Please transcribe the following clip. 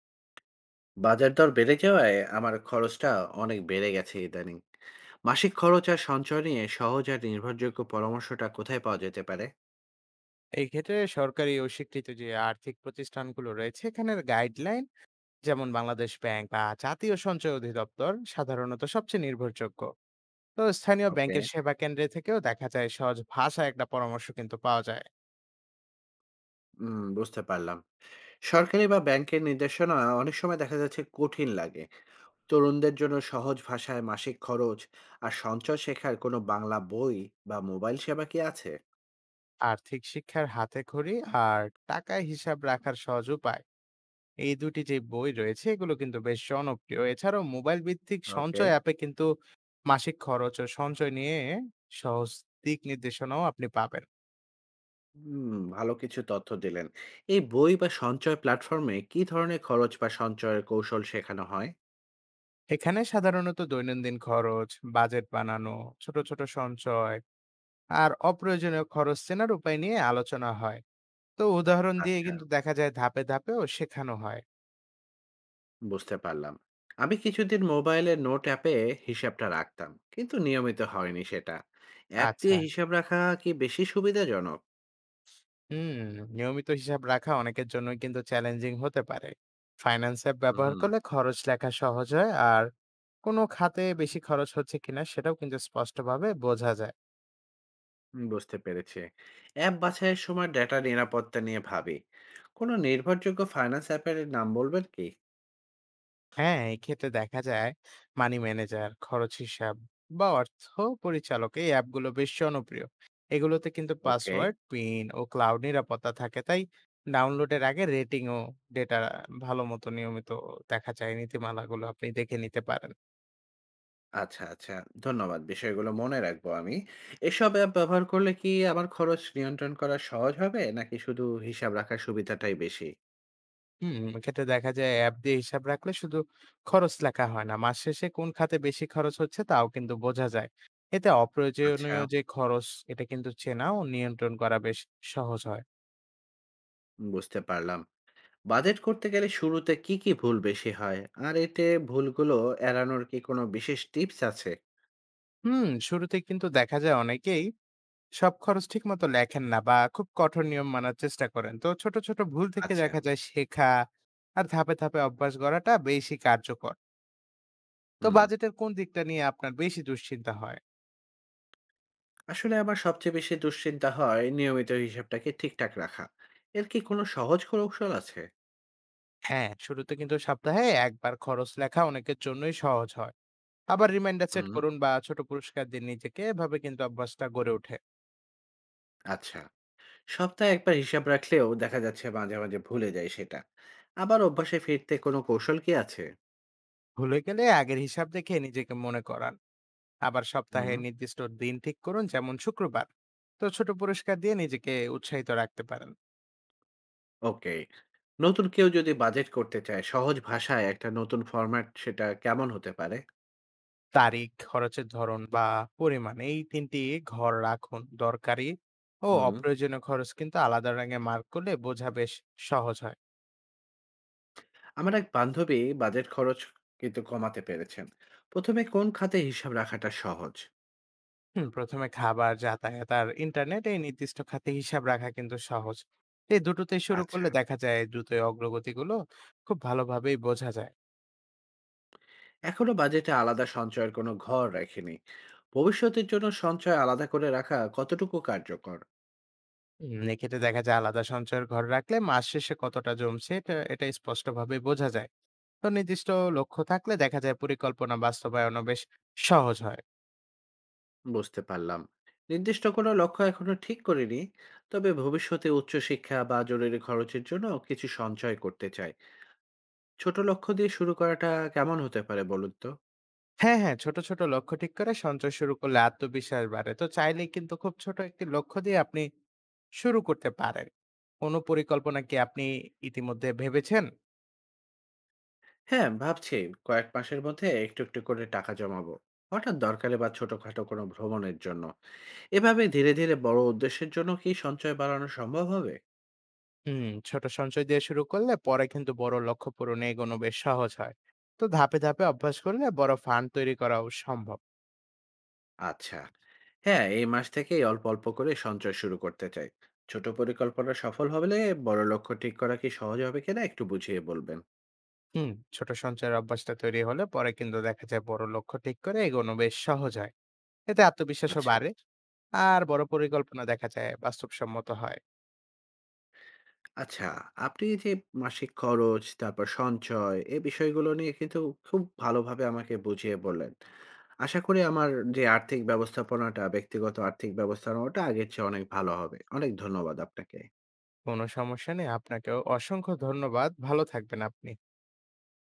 বাজার দর বেড়ে যাওয়ায় আমার খরচটা অনেক বেড়ে গেছে ইদানিং। মাসিক খরচ আর সঞ্চয় নিয়ে সহজ আর নির্ভরযোগ্য পরামর্শটা কোথায় পাওয়া যেতে পারে? এই ক্ষেত্রে সরকারি ও স্বীকৃত যে আর্থিক প্রতিষ্ঠানগুলো রয়েছে এখানের গাইডলাইন যেমন বাংলাদেশ ব্যাংক বা জাতীয় সঞ্চয় অধিদপ্তর সাধারণত সবচেয়ে নির্ভরযোগ্য। তো স্থানীয় ওকে। ব্যাংকের সেবা কেন্দ্রে থেকেও দেখা যায় সহজ ভাষায় একটা পরামর্শ কিন্তু পাওয়া যায়। হুম, বুঝতে পারলাম। সরকারি বা ব্যাংকের নির্দেশনা অনেক সময় দেখা যাচ্ছে কঠিন লাগে। তরুণদের জন্য সহজ ভাষায় মাসিক খরচ আর সঞ্চয় শেখার কোনো বাংলা বই বা মোবাইল সেবা কি আছে? আর্থিক শিক্ষার হাতে খড়ি আর টাকায় হিসাব রাখার সহজ উপায়, এই দুটি যে বই রয়েছে এগুলো কিন্তু বেশ জনপ্রিয়। এছাড়াও মোবাইল ভিত্তিক ওকে। সঞ্চয় অ্যাপে কিন্তু মাসিক খরচ ও সঞ্চয় নিয়ে সহজ দিক নির্দেশনাও আপনি পাবেন। হুম, ভালো কিছু তথ্য দিলেন। এই বই বা সঞ্চয় প্ল্যাটফর্মে কি ধরনের খরচ বা সঞ্চয়ের কৌশল শেখানো হয়? এখানে সাধারণত দৈনন্দিন খরচ, বাজেট বানানো, ছোট ছোট সঞ্চয় আর অপ্রয়োজনীয় খরচ চেনার উপায় নিয়ে আলোচনা হয়। তো উদাহরণ দিয়ে আচ্ছা, কিন্তু দেখা যায় ধাপে ধাপেও শেখানো হয়। বুঝতে পারলাম। আমি কিছুদিন মোবাইলের নোট অ্যাপে হিসাবটা রাখতাম, কিন্তু নিয়মিত হয়নি সেটা। অ্যাপ আচ্ছা, দিয়ে হিসাব রাখা কি বেশি সুবিধাজনক? হুম, নিয়মিত হিসাব রাখা অনেকের জন্য কিন্তু চ্যালেঞ্জিং হতে পারে। ফাইন্যান্স অ্যাপ ব্যবহার হুম, করলে খরচ লেখা সহজ হয় আর কোনো খাতে বেশি খরচ হচ্ছে কিনা সেটাও কিন্তু স্পষ্টভাবে বোঝা যায়। বুঝতে পেরেছি। অ্যাপ বাছাইয়ের সময় ডেটা নিরাপত্তা নিয়ে ভাবি। কোনো নির্ভরযোগ্য ফাইন্যান্স অ্যাপের নাম বলবেন কি? হ্যাঁ, এক্ষেত্রে দেখা যায় মানি ম্যানেজার, খরচ হিসাব বা অর্থ পরিচালক এই অ্যাপগুলো বেশ জনপ্রিয়। এগুলোতে কিন্তু ওকে। পাসওয়ার্ড, পিন ও ক্লাউড নিরাপত্তা থাকে। তাই ডাউনলোডের আগে রেটিং ও ডেটা ভালো মতো নিয়মিত দেখা যায় নীতিমালাগুলো আপনি দেখে নিতে পারেন। আচ্ছা আচ্ছা, ধন্যবাদ, বিষয়গুলো মনে রাখবো আমি। এসব অ্যাপ ব্যবহার করলে কি আমার খরচ নিয়ন্ত্রণ করা সহজ হবে, নাকি শুধু হিসাব রাখার সুবিধাটাই বেশি? হুম, এক্ষেত্রে দেখা যায় অ্যাপ দিয়ে হিসাব রাখলে শুধু খরচ লেখা হয় না, মাস শেষে কোন খাতে বেশি খরচ হচ্ছে তাও কিন্তু বোঝা যায়। এতে আচ্ছা, অপ্রয়োজনীয় যে খরচ, এটা কিন্তু চেনা ও নিয়ন্ত্রণ করা বেশ সহজ হয়। বুঝতে পারলাম। বাজেট করতে গেলে শুরুতে কি, কি ভুল বেশি হয়? আর এতে ভুলগুলো এড়ানোর কি কোনো বিশেষ টিপস আছে? হুম, শুরুতে কিন্তু দেখা যায় অনেকেই সব খরচ ঠিক মতো লেখেন না বা খুব কঠোর নিয়ম মানার চেষ্টা করেন। তো ছোট ছোট ভুল থেকে আচ্ছা, দেখা যায় শেখা আর ধাপে ধাপে অভ্যাস গড়াটা বেশি কার্যকর। তো হুম। বাজেটের কোন দিকটা নিয়ে আপনার বেশি দুশ্চিন্তা হয়? আসলে আমার সবচেয়ে বেশি দুশ্চিন্তা হয় নিয়মিত হিসাবটাকে ঠিকঠাক রাখা। এর কি কোনো সহজ কৌশল আছে? হ্যাঁ, শুরুতে কিন্তু সপ্তাহে একবার খরচ লেখা অনেকের জন্যই সহজ হয়। আবার রিমাইন্ডার সেট হুম, করুন বা ছোট পুরস্কার দিন নিজেকে, এভাবে কিন্তু অভ্যাসটা গড়ে ওঠে। আচ্ছা। সপ্তাহে একবার হিসাব রাখলেও দেখা যাচ্ছে মাঝে, মাঝে ভুলে যাই সেটা। আবার অভ্যাসে ফিরতে কোনো কৌশল কি আছে? ভুলে গেলে আগের হিসাব দেখে নিজেকে মনে করান, আবার সপ্তাহে হুম, নির্দিষ্ট দিন ঠিক করুন যেমন শুক্রবার। তো ছোট পুরস্কার দিয়ে নিজেকে উৎসাহিত রাখতে পারেন। ওকে। নতুন কেউ যদি বাজেট করতে চায়, সহজ ভাষায় একটা নতুন ফরম্যাট সেটা কেমন হতে পারে? তারিখ, খরচের ধরন বা পরিমাণ, এই তিনটি ঘর রাখুন। দরকারি ও হুম। অপ্রয়োজনীয় খরচ কিন্তু আলাদা রঙে মার্ক করলে বোঝা বেশ সহজ হয়। আমার এক বান্ধবী বাজেট খরচ কিন্তু কমাতে পেরেছেন। প্রথমে কোন খাতে হিসাব রাখাটা সহজ? হুম, প্রথমে খাবার, যাতায়াত আর ইন্টারনেট, এই নির্দিষ্ট খাতে হিসাব রাখা কিন্তু সহজ। এই দুটোতে শুরু আচ্ছা। করলে দেখা যায় দ্রুতই অগ্রগতিগুলো খুব ভালোভাবেই বোঝা যায়। এখনো বাজেটে আলাদা সঞ্চয়ের কোনো ঘর রাখেনি। ভবিষ্যতের জন্য সঞ্চয় আলাদা করে রাখা কতটুকু কার্যকর? হুম, এক্ষেত্রে দেখা যায় আলাদা সঞ্চয়ের ঘর রাখলে মাস শেষে কতটা জমছে এটা এটা স্পষ্টভাবে বোঝা যায়। তো নির্দিষ্ট লক্ষ্য থাকলে দেখা যায় পরিকল্পনা বাস্তবায়নও বেশ সহজ হয়। বুঝতে পারলাম। নির্দিষ্ট কোনো লক্ষ্য এখনো ঠিক করিনি, তবে ভবিষ্যতে উচ্চশিক্ষা বা জরুরি খরচের জন্য কিছু সঞ্চয় করতে চাই। ছোট লক্ষ্য দিয়ে শুরু করাটা কেমন হতে পারে বলুন তো। হ্যাঁ হ্যাঁ, ছোট ছোট লক্ষ্য ঠিক করে সঞ্চয় শুরু করলে আত্মবিশ্বাস বাড়ে। তো চাইলে কিন্তু খুব ছোট একটি লক্ষ্য দিয়ে আপনি শুরু করতে পারেন। কোনো পরিকল্পনা কি আপনি ইতিমধ্যে ভেবেছেন? হ্যাঁ, ভাবছি কয়েক মাসের মধ্যে একটু, একটু করে টাকা জমাবো। হঠাৎ দরকারে বা ছোটখাটো কোনো ভ্রমণের জন্য। এভাবে ধীরে, ধীরে বড় উদ্দেশ্যের জন্য কি সঞ্চয় বাড়ানো সম্ভব হবে? হুম, ছোট সঞ্চয় দিয়ে শুরু করলে পরে কিন্তু বড় লক্ষ্য পূরণে এগোনো বেশ সহজ হয়। তো ধাপে ধাপে অভ্যাস করলে বড় ফান্ড তৈরি করাও সম্ভব। আচ্ছা। হ্যাঁ, এই মাস থেকেই অল্প, অল্প করে সঞ্চয় শুরু করতে চাই। ছোট পরিকল্পনা সফল হলে বড় লক্ষ্য ঠিক করা কি সহজ হবে কিনা একটু বুঝিয়ে বলবেন। হুম, ছোট সঞ্চয়ের অভ্যাসটা তৈরি হলে পরে কিন্তু দেখা যায় বড় লক্ষ্য ঠিক করে এগোনো বেশ সহজ হয়। এতে আত্মবিশ্বাসও আচ্ছা। বাড়ে আর বড় পরিকল্পনা দেখা যায় বাস্তবসম্মত হয়। আচ্ছা, আপনি যে মাসিক খরচ, তারপর সঞ্চয় এ বিষয়গুলো নিয়ে কিন্তু খুব ভালোভাবে আমাকে বুঝিয়ে বললেন। আশা করি আমার যে আর্থিক ব্যবস্থাপনাটা, ব্যক্তিগত আর্থিক ব্যবস্থাপনাটা আগের চেয়ে অনেক ভালো হবে। অনেক ধন্যবাদ আপনাকে। কোনো সমস্যা নেই, আপনাকেও অসংখ্য ধন্যবাদ। ভালো থাকবেন আপনি।